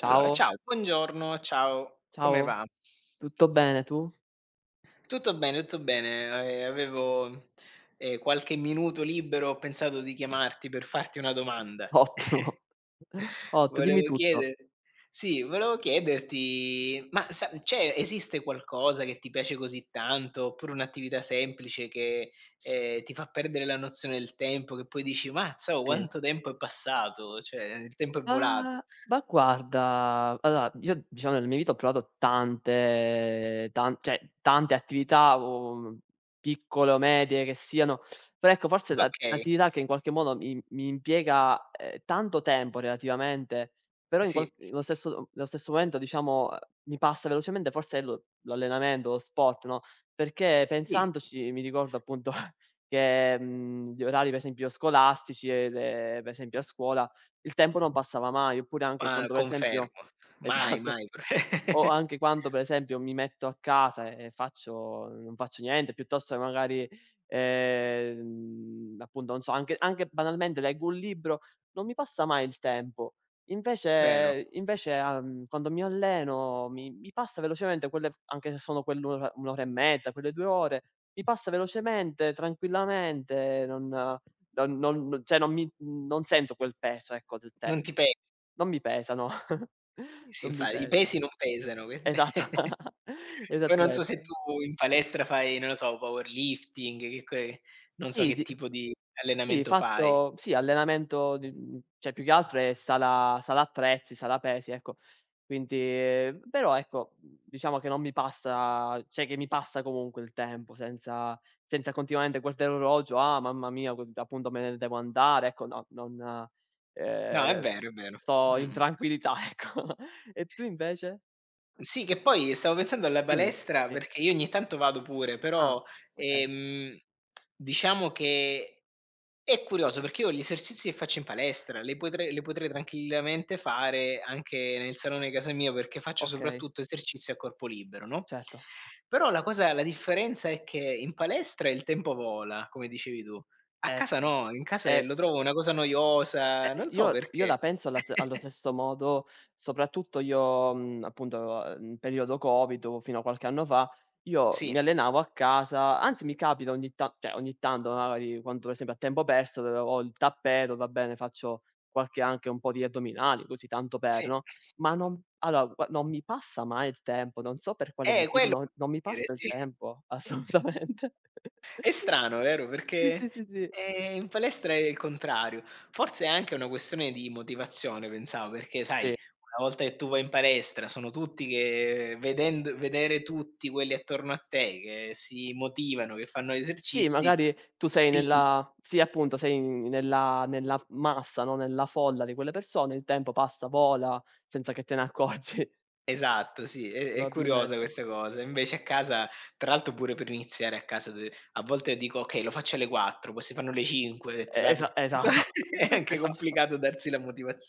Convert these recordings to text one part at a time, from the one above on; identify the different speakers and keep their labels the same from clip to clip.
Speaker 1: Allora, ciao, buongiorno, ciao, come
Speaker 2: ciao,
Speaker 1: va?
Speaker 2: tutto bene tu?
Speaker 1: Tutto bene, tutto bene. Avevo, qualche minuto libero, ho pensato di chiamarti per farti una domanda.
Speaker 2: Ottimo, ott dimmi
Speaker 1: Volevo
Speaker 2: tutto.
Speaker 1: chiedere sì, Volevo chiederti, ma sa c'è esiste qualcosa che ti piace così tanto, oppure un'attività semplice che, ti fa perdere la nozione del tempo, che poi dici: "Mazza, oh,
Speaker 2: Sì.
Speaker 1: quanto tempo è passato!" Cioè, il tempo è volato.
Speaker 2: Ma guarda, allora io diciamo nella mia vita ho provato tante tan cioè tante attività o, piccole o medie che siano, però ecco forse la
Speaker 1: Okay,
Speaker 2: l'attività che in qualche modo mi impiega, tanto tempo relativamente, però in
Speaker 1: sì.
Speaker 2: qual nello stesso momento diciamo, mi passa velocemente forse è lo l'allenamento, lo sport, no, perché
Speaker 1: Sì,
Speaker 2: pensandoci mi ricordo appunto che, gli orari per esempio scolastici e le per esempio a scuola il tempo non passava mai. Oppure anche
Speaker 1: ma
Speaker 2: quando per esempio
Speaker 1: confermo. Mai,
Speaker 2: esatto,
Speaker 1: mai.
Speaker 2: o anche quando, per esempio, mi metto a casa e faccio non faccio niente, piuttosto che magari, appunto, non so, anche banalmente leggo un libro, non mi passa mai il tempo.
Speaker 1: Vero.
Speaker 2: Invece, quando mi alleno mi passa velocemente quelle anche se sono quell'ora 1 ora e mezza, quelle 2 ore, mi passa velocemente, tranquillamente, non cioè non sento quel peso, ecco, del
Speaker 1: Non ti
Speaker 2: tempo.
Speaker 1: pesi.
Speaker 2: Non mi pesano,
Speaker 1: Sì,
Speaker 2: non mi
Speaker 1: infa i
Speaker 2: pesa.
Speaker 1: pesi non pesano. Que
Speaker 2: Esatto,
Speaker 1: Poi non so se
Speaker 2: esattamente.
Speaker 1: tu in palestra fai, non lo so, powerlifting, che que non so
Speaker 2: Sì,
Speaker 1: che
Speaker 2: di
Speaker 1: tipo di
Speaker 2: sì,
Speaker 1: allenamento fai.
Speaker 2: faccio sì, allenamento cioè più che altro è sala attrezzi, sala pesi, ecco. Quindi, però ecco, diciamo che non mi passa cioè che mi passa comunque il tempo senza continuamente guardare l'orologio: "Ah, mamma mia, qu appunto me ne devo andare." Ecco, no, non
Speaker 1: No, è
Speaker 2: ehm,
Speaker 1: vero, è vero.
Speaker 2: sto in
Speaker 1: Mh-mh.
Speaker 2: tranquillità, ecco. E tu invece?
Speaker 1: Sì, che poi stavo pensando alla
Speaker 2: Dimmi,
Speaker 1: palestra
Speaker 2: sì.
Speaker 1: perché io ogni tanto vado pure,
Speaker 2: Ah,
Speaker 1: però,
Speaker 2: okay,
Speaker 1: ehm, diciamo che è curioso perché io gli esercizi che faccio in palestra li potrei tranquillamente fare anche nel salone di casa mia, perché faccio
Speaker 2: okay,
Speaker 1: soprattutto esercizi a corpo libero, no,
Speaker 2: certo.
Speaker 1: però la differenza è che in palestra il tempo vola, come dicevi tu. A casa
Speaker 2: Ecco.
Speaker 1: no, in casa
Speaker 2: Eh,
Speaker 1: lo trovo una cosa noiosa, non so
Speaker 2: io la
Speaker 1: perché.
Speaker 2: penso alla s allo stesso modo, soprattutto io, appunto, in periodo Covid o fino a qualche anno fa, io mi
Speaker 1: Sì,
Speaker 2: allenavo a casa, anzi mi capita ogni ta cioè ogni tanto magari quando per esempio a tempo perso dove ho il tappeto, va bene, faccio qualche anche un po' di addominali, così tanto per,
Speaker 1: sì.
Speaker 2: no, ma non allora gua non mi passa mai il tempo, non so per quale motivo,
Speaker 1: Quello
Speaker 2: non
Speaker 1: volevo
Speaker 2: mi
Speaker 1: dire,
Speaker 2: passa il
Speaker 1: sì.
Speaker 2: tempo assolutamente.
Speaker 1: È strano, vero?
Speaker 2: Sì,
Speaker 1: Perché,
Speaker 2: sì, sì, sì.
Speaker 1: in palestra è il contrario. Forse è anche una questione di motivazione pensavo, perché sai,
Speaker 2: Sì.
Speaker 1: una volta che tu vai in palestra sono tutti che vedendo vedere tutti quelli attorno a te che si motivano, che fanno
Speaker 2: Sì,
Speaker 1: esercizi,
Speaker 2: magari tu sei
Speaker 1: spingi.
Speaker 2: nella sì appunto, sei in nella nella massa, no, nella folla di quelle persone, il tempo passa, vola, senza che te ne accorgi
Speaker 1: Esatto, sì, è curiosa
Speaker 2: probabilmente.
Speaker 1: questa cosa. Invece a casa tra l'altro pure per iniziare a casa de a volte dico: "Okay, lo faccio alle 4, poi si fanno le 5", ho detto: "Dai".
Speaker 2: Esatto,
Speaker 1: È anche
Speaker 2: esatto.
Speaker 1: complicato darsi la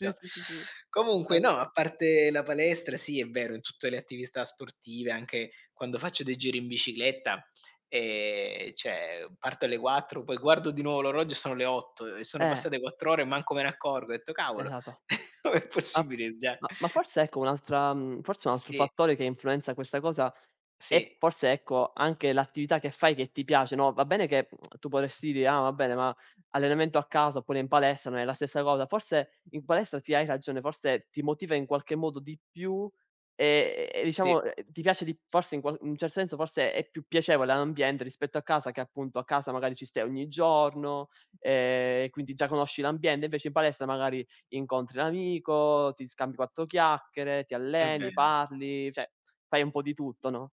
Speaker 2: Sì, sì, sì, sì, è
Speaker 1: Comunque
Speaker 2: vero.
Speaker 1: no, a parte la palestra, sì, è vero, in tutte le attività sportive, anche quando faccio dei giri in bicicletta, cioè parto alle 4, poi guardo di nuovo l'orologio e sono le 8 e sono
Speaker 2: Eh,
Speaker 1: passate 4 ore e manco me ne accorgo. Ho detto: "Cavolo,
Speaker 2: esatto.
Speaker 1: com'è
Speaker 2: Ma
Speaker 1: possibile?" Già
Speaker 2: ma forse ecco un'altra mhmm, forse un altro
Speaker 1: sì.
Speaker 2: fattore che influenza questa cosa è
Speaker 1: Sì,
Speaker 2: forse ecco anche l'attività che fai che ti piace, no, va bene che tu potresti dire: "Ah va bene, ma allenamento a casa oppure in palestra non è la stessa cosa." Forse in palestra sì, hai ragione, forse ti motiva in qualche modo di più e
Speaker 1: sì,
Speaker 2: diciamo, ti piace di forse in un certo senso forse è più piacevole l'ambiente rispetto a casa che appunto a casa magari ci stai ogni giorno, quindi già conosci l'ambiente, invece in palestra magari incontri l'amico, ti scambi 4 chiacchiere, ti
Speaker 1: è
Speaker 2: alleni,
Speaker 1: vero.
Speaker 2: parli, cioè fai un po' di tutto, no.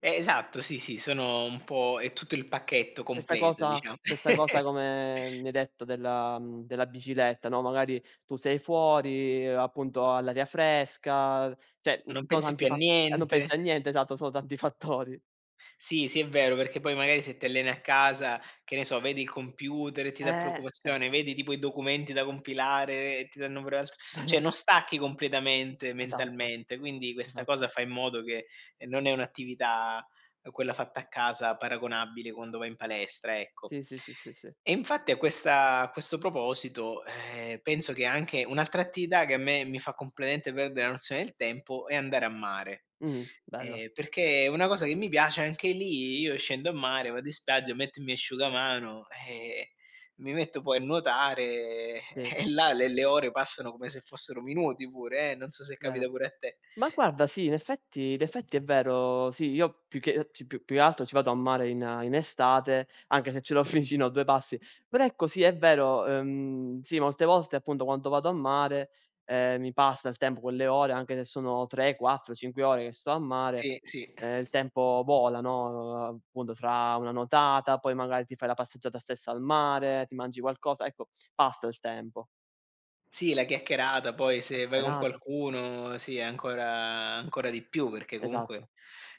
Speaker 1: Esatto, sì, sì, sono un po' è tutto il pacchetto
Speaker 2: Stessa
Speaker 1: completo,
Speaker 2: cosa
Speaker 1: diciamo.
Speaker 2: stessa cosa come mi hai detto della bicicletta, no, magari tu sei fuori, appunto all'aria fresca, cioè, mhmm,
Speaker 1: Non
Speaker 2: sono
Speaker 1: pensi più
Speaker 2: tanti
Speaker 1: a
Speaker 2: fa non
Speaker 1: niente.
Speaker 2: pensi a niente, esatto, sono tanti fattori.
Speaker 1: Sì, sì, è vero, perché poi magari se ti alleni a casa, che ne so, vedi il computer e ti dà preoccupazione,
Speaker 2: Ecco.
Speaker 1: vedi tipo i documenti da compilare e ti danno pure alt, cioè non stacchi completamente
Speaker 2: Esatto,
Speaker 1: mentalmente, quindi questa
Speaker 2: esatto.
Speaker 1: cosa fa in modo che non è un'attività quella fatta a casa paragonabile quando vai in palestra, ecco.
Speaker 2: Sì, sì, sì, sì, sì.
Speaker 1: E infatti a questo proposito, penso che anche un'altra attività che a me mi fa completamente perdere la nozione del tempo è andare a mare,
Speaker 2: Mh, bello,
Speaker 1: perché è una cosa che mi piace, anche lì io scendo a mare, vado in spiaggia, metto il mio asciugamano, mi metto poi a nuotare
Speaker 2: sì,
Speaker 1: e là le ore passano come se fossero minuti pure non so se capita
Speaker 2: vero.
Speaker 1: pure a te.
Speaker 2: Ma guarda sì, in effetti è vero. Sì, io più che ci più più che altro ci vado a mare in in estate, anche se ce l'ho vicino a 2 passi. Però ecco sì, è vero, sì, molte volte appunto quando vado a mare, mi passa il tempo, quelle ore, anche se sono 3, 4, 5 ore che sto a mare,
Speaker 1: Sì, sì.
Speaker 2: il tempo vola, no, appunto tra una nuotata, poi magari ti fai la passeggiata stessa al mare, ti mangi qualcosa, ecco passa il tempo.
Speaker 1: Sì, la chiacchierata, poi se vai con
Speaker 2: Chiacchierata
Speaker 1: qualcuno sì, è ancora di più, perché comunque
Speaker 2: esatto.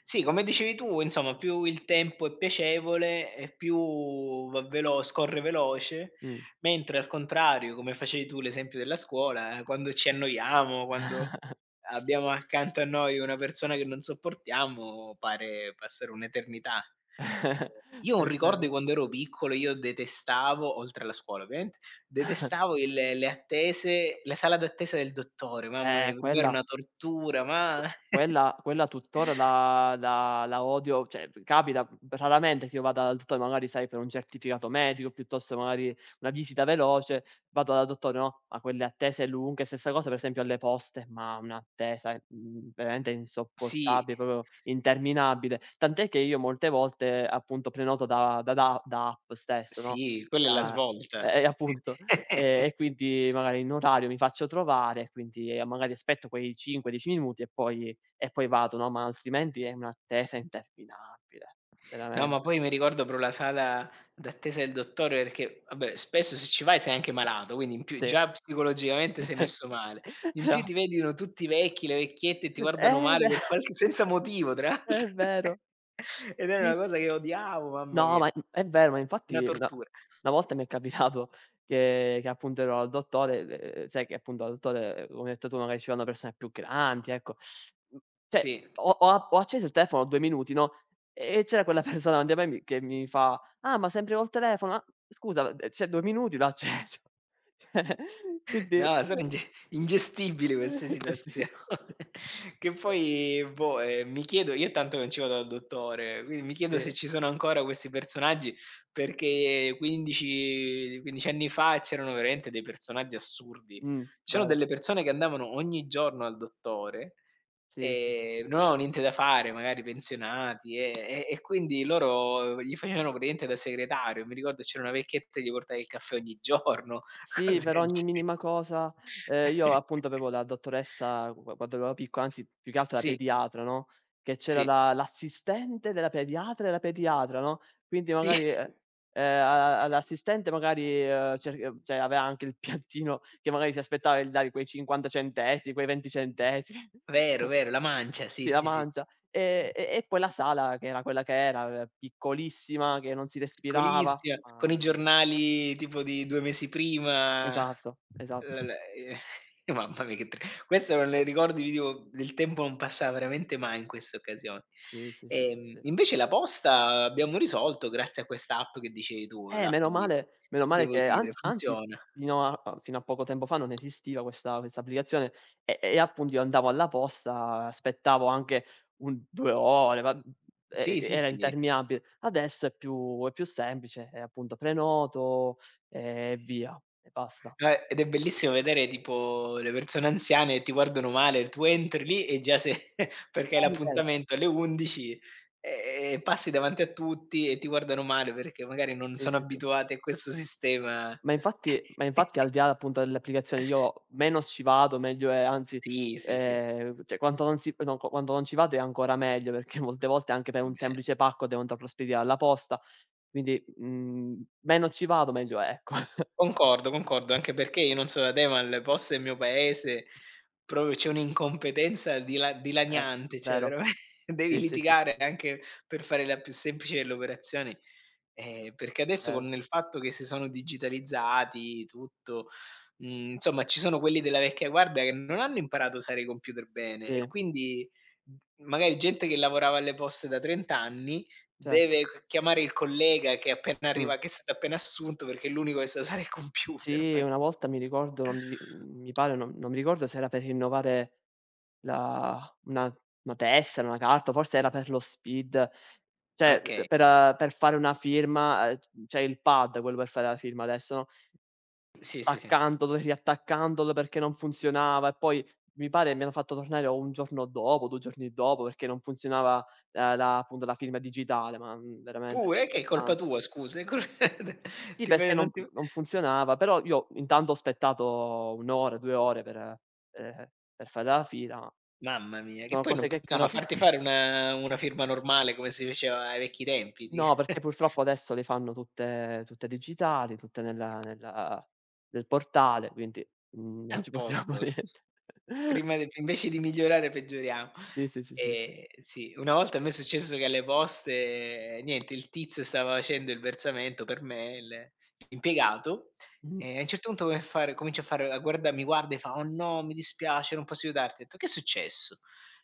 Speaker 1: sì, come dicevi tu, insomma, più il tempo è piacevole e più va velo scorre veloce,
Speaker 2: Mh.
Speaker 1: mentre al contrario, come facevi tu l'esempio della scuola, quando ci annoiamo, quando abbiamo accanto a noi una persona che non sopportiamo, pare passare un'eternità. Io ho un
Speaker 2: È
Speaker 1: ricordo di
Speaker 2: vero.
Speaker 1: quando ero piccolo, io detestavo, oltre alla scuola ovviamente, detestavo il le attese la sala d'attesa del dottore, mamma mia, per me era
Speaker 2: Quella
Speaker 1: una tortura,
Speaker 2: q
Speaker 1: ma
Speaker 2: quella quella tuttora la odio, cioè p capita raramente che io vada dal dottore, magari sai per un certificato medico, piuttosto magari una visita veloce, vado dal dottore, no, ma quelle attese lunghe, stessa cosa per esempio alle poste, ma un'attesa, veramente
Speaker 1: sì,
Speaker 2: insopportabile, proprio interminabile. Tant'è che io molte volte appunto prenoto da app stesso, no,
Speaker 1: sì, quella è la
Speaker 2: da
Speaker 1: svolta.
Speaker 2: appunto. E quindi magari in orario mi faccio trovare, quindi, magari aspetto quei 5, 10 minuti e poi vado, no, ma altrimenti è un'attesa interminabile,
Speaker 1: No, ma
Speaker 2: veramente.
Speaker 1: poi mi ricordo proprio la sala d'attesa del dottore perché, vabbè, spesso se ci vai sei anche malato, quindi in più
Speaker 2: Sì.
Speaker 1: già psicologicamente sei messo male. In più ti
Speaker 2: Esatto.
Speaker 1: vedono tutti i vecchi, le vecchiette e ti guardano
Speaker 2: Eh
Speaker 1: male
Speaker 2: beh.
Speaker 1: per qualche senza motivo tra l'altro.
Speaker 2: È vero.
Speaker 1: Ed era
Speaker 2: Sì,
Speaker 1: una
Speaker 2: sì.
Speaker 1: cosa che odiavo, mamma
Speaker 2: No,
Speaker 1: mia,
Speaker 2: ma, è vero, ma
Speaker 1: una
Speaker 2: infatti
Speaker 1: tortura.
Speaker 2: una volta mi è capitato che appunto ero al dottore, sai che appunto al dottore, come hai detto tu, magari ci vanno persone più grandi, ecco. Mh, cioè
Speaker 1: Sì.
Speaker 2: ho acceso il telefono 2 minuti, no, e c'era quella persona davanti a me mi che mi fa: "Ah, ma sempre col telefono? Ah, scusa, c'è 2 minuti, l'ho acceso." Cioè, quindi
Speaker 1: No, sono inge ingestibili queste
Speaker 2: cioè sì.
Speaker 1: situazioni che poi, boh, mi chiedo io tanto non ci vado dal dottore, quindi mi chiedo se
Speaker 2: Sì,
Speaker 1: ci sono ancora questi personaggi, perché 15 anni fa c'erano veramente dei personaggi assurdi. C'erano
Speaker 2: vero.
Speaker 1: delle persone che andavano ogni giorno al dottore,
Speaker 2: Sì, sì, sì, sì,
Speaker 1: non
Speaker 2: sì.
Speaker 1: avevano niente da fare, magari pensionati, e e quindi loro gli facevano praticamente da segretario. Mi ricordo c'era una vecchietta che gli portava il caffè ogni giorno,
Speaker 2: Sì,
Speaker 1: cose
Speaker 2: per
Speaker 1: del
Speaker 2: ogni
Speaker 1: genere.
Speaker 2: minima cosa. Io appunto avevo la dottoressa qua quando ero picco anzi più che altro la
Speaker 1: Sì,
Speaker 2: pediatra, no, che c'era
Speaker 1: sì,
Speaker 2: la l'assistente della pediatra e la pediatra, no, quindi
Speaker 1: sì,
Speaker 2: magari, a a l'assistente magari, cer cioè aveva anche il piattino che magari si aspettava il dai quei 50 centesimi, quei 20 centesimi,
Speaker 1: vero, vero, la mancia, sì,
Speaker 2: si la
Speaker 1: sì, sì, sì.
Speaker 2: mangia. E poi la sala che era quella che era, piccolissima, che non si respirava.
Speaker 1: Piccolissima, con i
Speaker 2: Mamma mia.
Speaker 1: giornali tipo di 2 mesi prima,
Speaker 2: Esatto,
Speaker 1: l
Speaker 2: esatto.
Speaker 1: l mamma mia che tr questo non le ricordi vi dico, il tempo non passa veramente mai in queste occasioni.
Speaker 2: Sì, sì, sì, sì, sì.
Speaker 1: Invece la posta abbiamo risolto grazie a questa app che dicevi tu, l'app di
Speaker 2: Meno male
Speaker 1: devo
Speaker 2: che
Speaker 1: dire
Speaker 2: anzi
Speaker 1: funziona.
Speaker 2: fino a poco tempo fa non esisteva questa applicazione e appunto io andavo alla posta, aspettavo anche un 2 ore, va e
Speaker 1: Sì,
Speaker 2: e
Speaker 1: sì,
Speaker 2: era
Speaker 1: sì.
Speaker 2: interminabile. Adesso è più semplice e appunto prenoto e via, e basta.
Speaker 1: No, e ed è bellissimo vedere tipo le persone anziane che ti guardano male, tu entri lì e già se perché hai
Speaker 2: Sì, è vero.
Speaker 1: l'appuntamento alle 11, e passi davanti a tutti e ti guardano male perché magari non
Speaker 2: Sì,
Speaker 1: sono
Speaker 2: sì, sì.
Speaker 1: abituati a questo sistema.
Speaker 2: Ma infatti al di là appunto delle applicazioni io meno ci vado meglio è, anzi,
Speaker 1: Sì, sì, sì,
Speaker 2: cioè quanto non si no, quando non ci vado è ancora meglio, perché molte volte anche per un
Speaker 1: beh.
Speaker 2: semplice pacco devo andarlo a spedire alla posta, quindi, meno ci vado meglio è, ecco.
Speaker 1: Concordo, concordo, anche perché io non so da te, ma le poste del mio paese proprio c'è un'incompetenza
Speaker 2: Eh,
Speaker 1: dilaniante, cioè
Speaker 2: vero.
Speaker 1: veramente devi
Speaker 2: Sì, sì, sì, sì,
Speaker 1: litigare
Speaker 2: sì,
Speaker 1: anche per fare la più semplice delle operazioni. Perché adesso
Speaker 2: vero.
Speaker 1: con il fatto che si sono digitalizzati tutto, mhmm, insomma ci sono quelli della vecchia guardia che non hanno imparato a usare i computer bene e
Speaker 2: Sì,
Speaker 1: quindi, mhmm, magari gente che lavorava alle poste da 30 anni
Speaker 2: certo.
Speaker 1: deve c chiamare il collega che è appena
Speaker 2: Mh.
Speaker 1: arriva che è stato appena assunto perché è l'unico che sa usare il computer.
Speaker 2: Sì, una volta mi ricordo, non mi mhmm, mi pare non mi ricordo se era per rinnovare La una tessera, una carta, forse era per lo Speed, cioè
Speaker 1: Okay.
Speaker 2: per fare una firma, c'è il pad quello per fare la firma adesso, no,
Speaker 1: Sì, sì, sì.
Speaker 2: staccandolo e riattaccandolo perché non funzionava e poi mi pare mi hanno fatto tornare o un giorno dopo, 2 giorni dopo perché non funzionava, la appunto la firma digitale, ma, veramente
Speaker 1: Pure? Che è colpa
Speaker 2: stressante.
Speaker 1: tua scusa? È col
Speaker 2: Sì,
Speaker 1: ti ve
Speaker 2: perché
Speaker 1: non ti
Speaker 2: non funzionava, però io intanto ho aspettato 1 ora, 2 ore ehm, per fare la firma.
Speaker 1: mamma mia, che
Speaker 2: Sono
Speaker 1: poi non
Speaker 2: cose che
Speaker 1: potevano
Speaker 2: capita.
Speaker 1: farti fare una firma normale come si faceva ai vecchi tempi di
Speaker 2: No, perché purtroppo adesso le fanno tutte digitali, tutte nella nella nel portale, quindi, non
Speaker 1: a
Speaker 2: ci possiamo fare
Speaker 1: posto.
Speaker 2: niente.
Speaker 1: Prima de invece di migliorare peggioriamo.
Speaker 2: Sì, sì, sì, sì, sì.
Speaker 1: Sì, una volta a me è successo che alle poste, niente, il tizio stava facendo il versamento per me, il l'impiegato,
Speaker 2: Mh.
Speaker 1: e a un certo punto come a fare comincia a fare a guarda mi guarda e fa: "Oh no, mi dispiace, non posso aiutarti." Ho detto: "Che è successo?"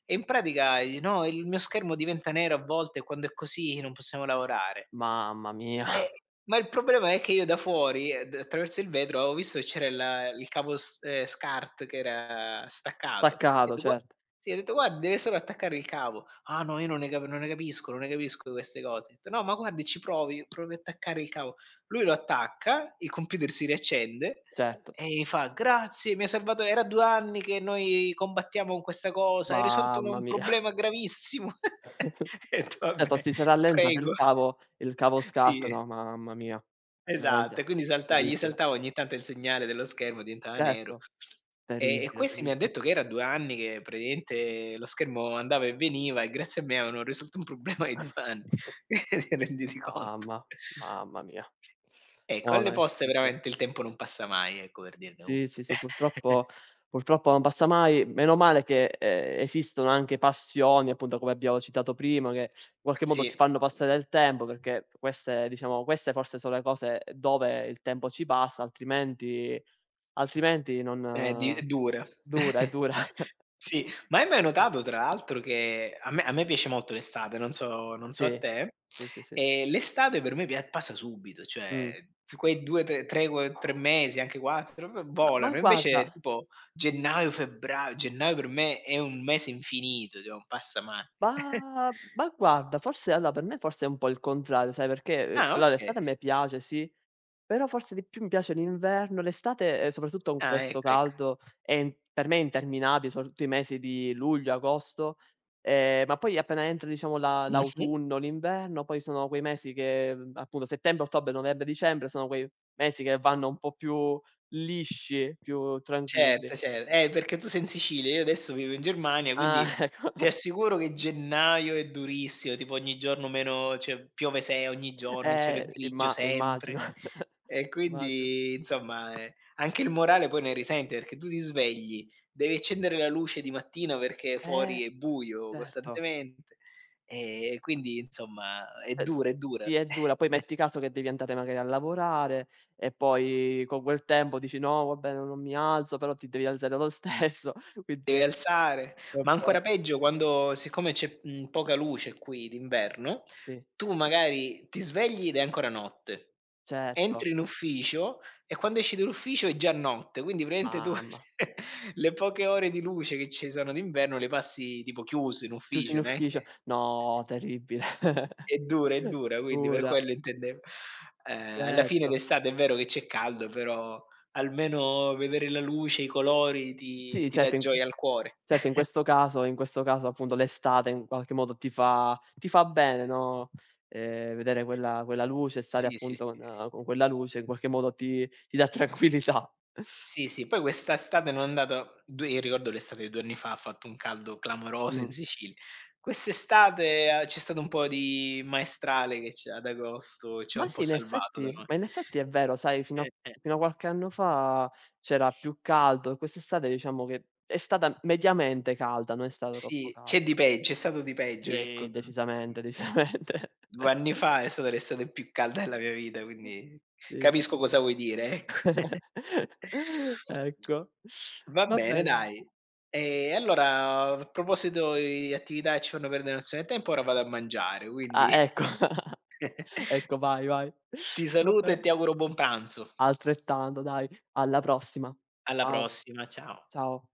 Speaker 1: E in pratica: "No, il mio schermo diventa nero a volte e quando è così non possiamo lavorare."
Speaker 2: Mamma mia.
Speaker 1: Eh, ma il problema è che io da fuori, d attraverso il vetro, avevo visto che c'era la il capo s SCART che era staccato. Ho
Speaker 2: Staccato,
Speaker 1: detto: "Gua",
Speaker 2: certo,
Speaker 1: sì, ho detto: "Guarda, deve solo attaccare il cavo". "Ah no, io non ne capisco, non ne capisco queste cose". Ho detto: "No, ma guardi, ci provi, provi a attaccare il cavo". Lui lo attacca, il computer si riaccende
Speaker 2: certo.
Speaker 1: e mi fa: "Grazie, mi hai salvato era 2 anni che noi combattiamo con questa cosa, hai risolto
Speaker 2: Mamma
Speaker 1: un
Speaker 2: mia.
Speaker 1: problema gravissimo". Ho detto:
Speaker 2: Certo,
Speaker 1: "Vabbè,
Speaker 2: si sarà allentato
Speaker 1: prego".
Speaker 2: il cavo
Speaker 1: Sì.
Speaker 2: scatta, no, mamma mia.
Speaker 1: Esatto,
Speaker 2: Veramente
Speaker 1: e quindi
Speaker 2: terribile.
Speaker 1: saltava ogni tanto il segnale dello schermo, diventava nero.
Speaker 2: Certo,
Speaker 1: E
Speaker 2: terribile,
Speaker 1: questi mi han
Speaker 2: terribile.
Speaker 1: detto che era 2 anni che praticamente lo schermo andava e veniva e grazie a me avevano risolto un problema di 2 anni, renditi conto.
Speaker 2: Mamma, mamma mia.
Speaker 1: Ecco,
Speaker 2: No,
Speaker 1: alle
Speaker 2: no, è
Speaker 1: poste
Speaker 2: terribile.
Speaker 1: veramente il tempo non passa mai, ecco per dirne u.
Speaker 2: Sì, sì, sì, purtroppo non passa mai. Meno male che, esistono anche passioni, appunto, come abbiamo citato prima, che in qualche modo
Speaker 1: Sì.
Speaker 2: ci fanno passare del tempo, perché queste diciamo, queste forse sono le cose dove il tempo ci passa, altrimenti
Speaker 1: Di
Speaker 2: non
Speaker 1: dure.
Speaker 2: dura, è dura.
Speaker 1: Sì, ma hai mai notato tra l'altro che a me piace molto l'estate, non so a
Speaker 2: Sì,
Speaker 1: te,
Speaker 2: sì, sì, sì.
Speaker 1: e l'estate per me pia passa subito,
Speaker 2: Mh.
Speaker 1: cioè t quei 2, 3 mesi, anche 4 v
Speaker 2: Ma ma
Speaker 1: volano,
Speaker 2: guarda
Speaker 1: invece tipo gennaio per me è un mese infinito, cioè non passa mai.
Speaker 2: ma guarda, forse allora per me forse è un po' il contrario, sai perché,
Speaker 1: Ah
Speaker 2: allora
Speaker 1: okay.
Speaker 2: l'estate a me piace, sì. Però forse di più mi piace l'inverno, l'estate, soprattutto con
Speaker 1: Ah
Speaker 2: questo
Speaker 1: ecco, ecco.
Speaker 2: caldo è in per me è interminabile, soprattutto i mesi di luglio, agosto, ma poi appena entra diciamo la
Speaker 1: Mh-mh.
Speaker 2: l'autunno, l'inverno, poi sono quei mesi che, appunto settembre, ottobre, novembre, dicembre sono quei mesi che vanno un po' più lisci, più tranquilli.
Speaker 1: Certo, cer perché tu sei in Sicilia, io adesso vivo in Germania,
Speaker 2: Ah
Speaker 1: quindi
Speaker 2: ecco,
Speaker 1: ti assicuro che gennaio è durissimo, tipo ogni giorno meno cioè piove se ogni giorno, il cielo è grigio
Speaker 2: immagino,
Speaker 1: sempre. E
Speaker 2: immagino.
Speaker 1: quindi insomma, anche il morale poi ne risente, perché tu ti svegli, devi accendere la luce di mattina perché
Speaker 2: Eh,
Speaker 1: fuori è buio
Speaker 2: certo.
Speaker 1: costantemente, e quindi insomma è
Speaker 2: Ehm,
Speaker 1: dura, è dura.
Speaker 2: sì è dura, poi metti caso che devi andare magari a lavorare e poi con quel tempo dici: "No vabbè no non mi alzo", però ti devi alzare lo stesso, quindi è
Speaker 1: Deve alzare,
Speaker 2: è un
Speaker 1: ma
Speaker 2: po'
Speaker 1: ancora peggio quando siccome c'è, mhmm, poca luce qui d'inverno,
Speaker 2: sì,
Speaker 1: tu magari ti svegli ed è ancora notte. Entri
Speaker 2: certo,
Speaker 1: in ufficio e quando esci dall'ufficio è già notte, quindi praticamente tu
Speaker 2: mamma.
Speaker 1: le poche ore di luce che ci sono d'inverno le passi tipo chiuso in
Speaker 2: Chiuso
Speaker 1: ufficio,
Speaker 2: in ufficio,
Speaker 1: neanche
Speaker 2: no terribile.
Speaker 1: è dura, quindi per
Speaker 2: Dura,
Speaker 1: quello intendevo. Alla fine
Speaker 2: certo.
Speaker 1: d'estate è vero che c'è caldo, però almeno vedere la luce, i colori ti
Speaker 2: Sì
Speaker 1: ti dà
Speaker 2: certo in
Speaker 1: gioia al cuore.
Speaker 2: Certo, in questo caso appunto l'estate in qualche modo ti fa bene, no, vedere quella luce, stare
Speaker 1: Sì, sì, sì.
Speaker 2: appunto con quella luce, in qualche modo ti dà tranquillità.
Speaker 1: Sì, sì, poi quest'estate non è andato 2 io ricordo l'estate di 2 anni fa, ha fatto un caldo clamoroso in
Speaker 2: Mh.
Speaker 1: Sicilia. Quest'estate, a c'è stato un po' di maestrale che c'è ad agosto, ci ha
Speaker 2: Ma
Speaker 1: un po'
Speaker 2: sì,
Speaker 1: salvato da noi.
Speaker 2: in effetti è vero, sai,
Speaker 1: Eh.
Speaker 2: fino a qualche anno fa c'era più caldo e quest'estate diciamo che è stata mediamente calda, non è stata troppo
Speaker 1: Sì, c'è
Speaker 2: calda.
Speaker 1: di pe c'è stato di peggio,
Speaker 2: Sì,
Speaker 1: ecco.
Speaker 2: decisamente, decisamente.
Speaker 1: 2 anni fa è stata l'estate più calda della mia vita, quindi
Speaker 2: Sì, sì,
Speaker 1: capisco
Speaker 2: sì, sì.
Speaker 1: cosa vuoi dire, ecco.
Speaker 2: Ecco,
Speaker 1: Va
Speaker 2: va
Speaker 1: bene
Speaker 2: bene.
Speaker 1: dai. Allora a proposito di attività che ci fanno perdere un'azione del tempo, ora vado a mangiare,
Speaker 2: Ah,
Speaker 1: quindi
Speaker 2: ecco, ecco, vai, vai.
Speaker 1: ti
Speaker 2: Va
Speaker 1: saluto e
Speaker 2: bene.
Speaker 1: ti auguro buon pranzo.
Speaker 2: Altrettanto dai, alla prossima.
Speaker 1: Alla
Speaker 2: Ciao,
Speaker 1: prossima, ciao.
Speaker 2: ciao.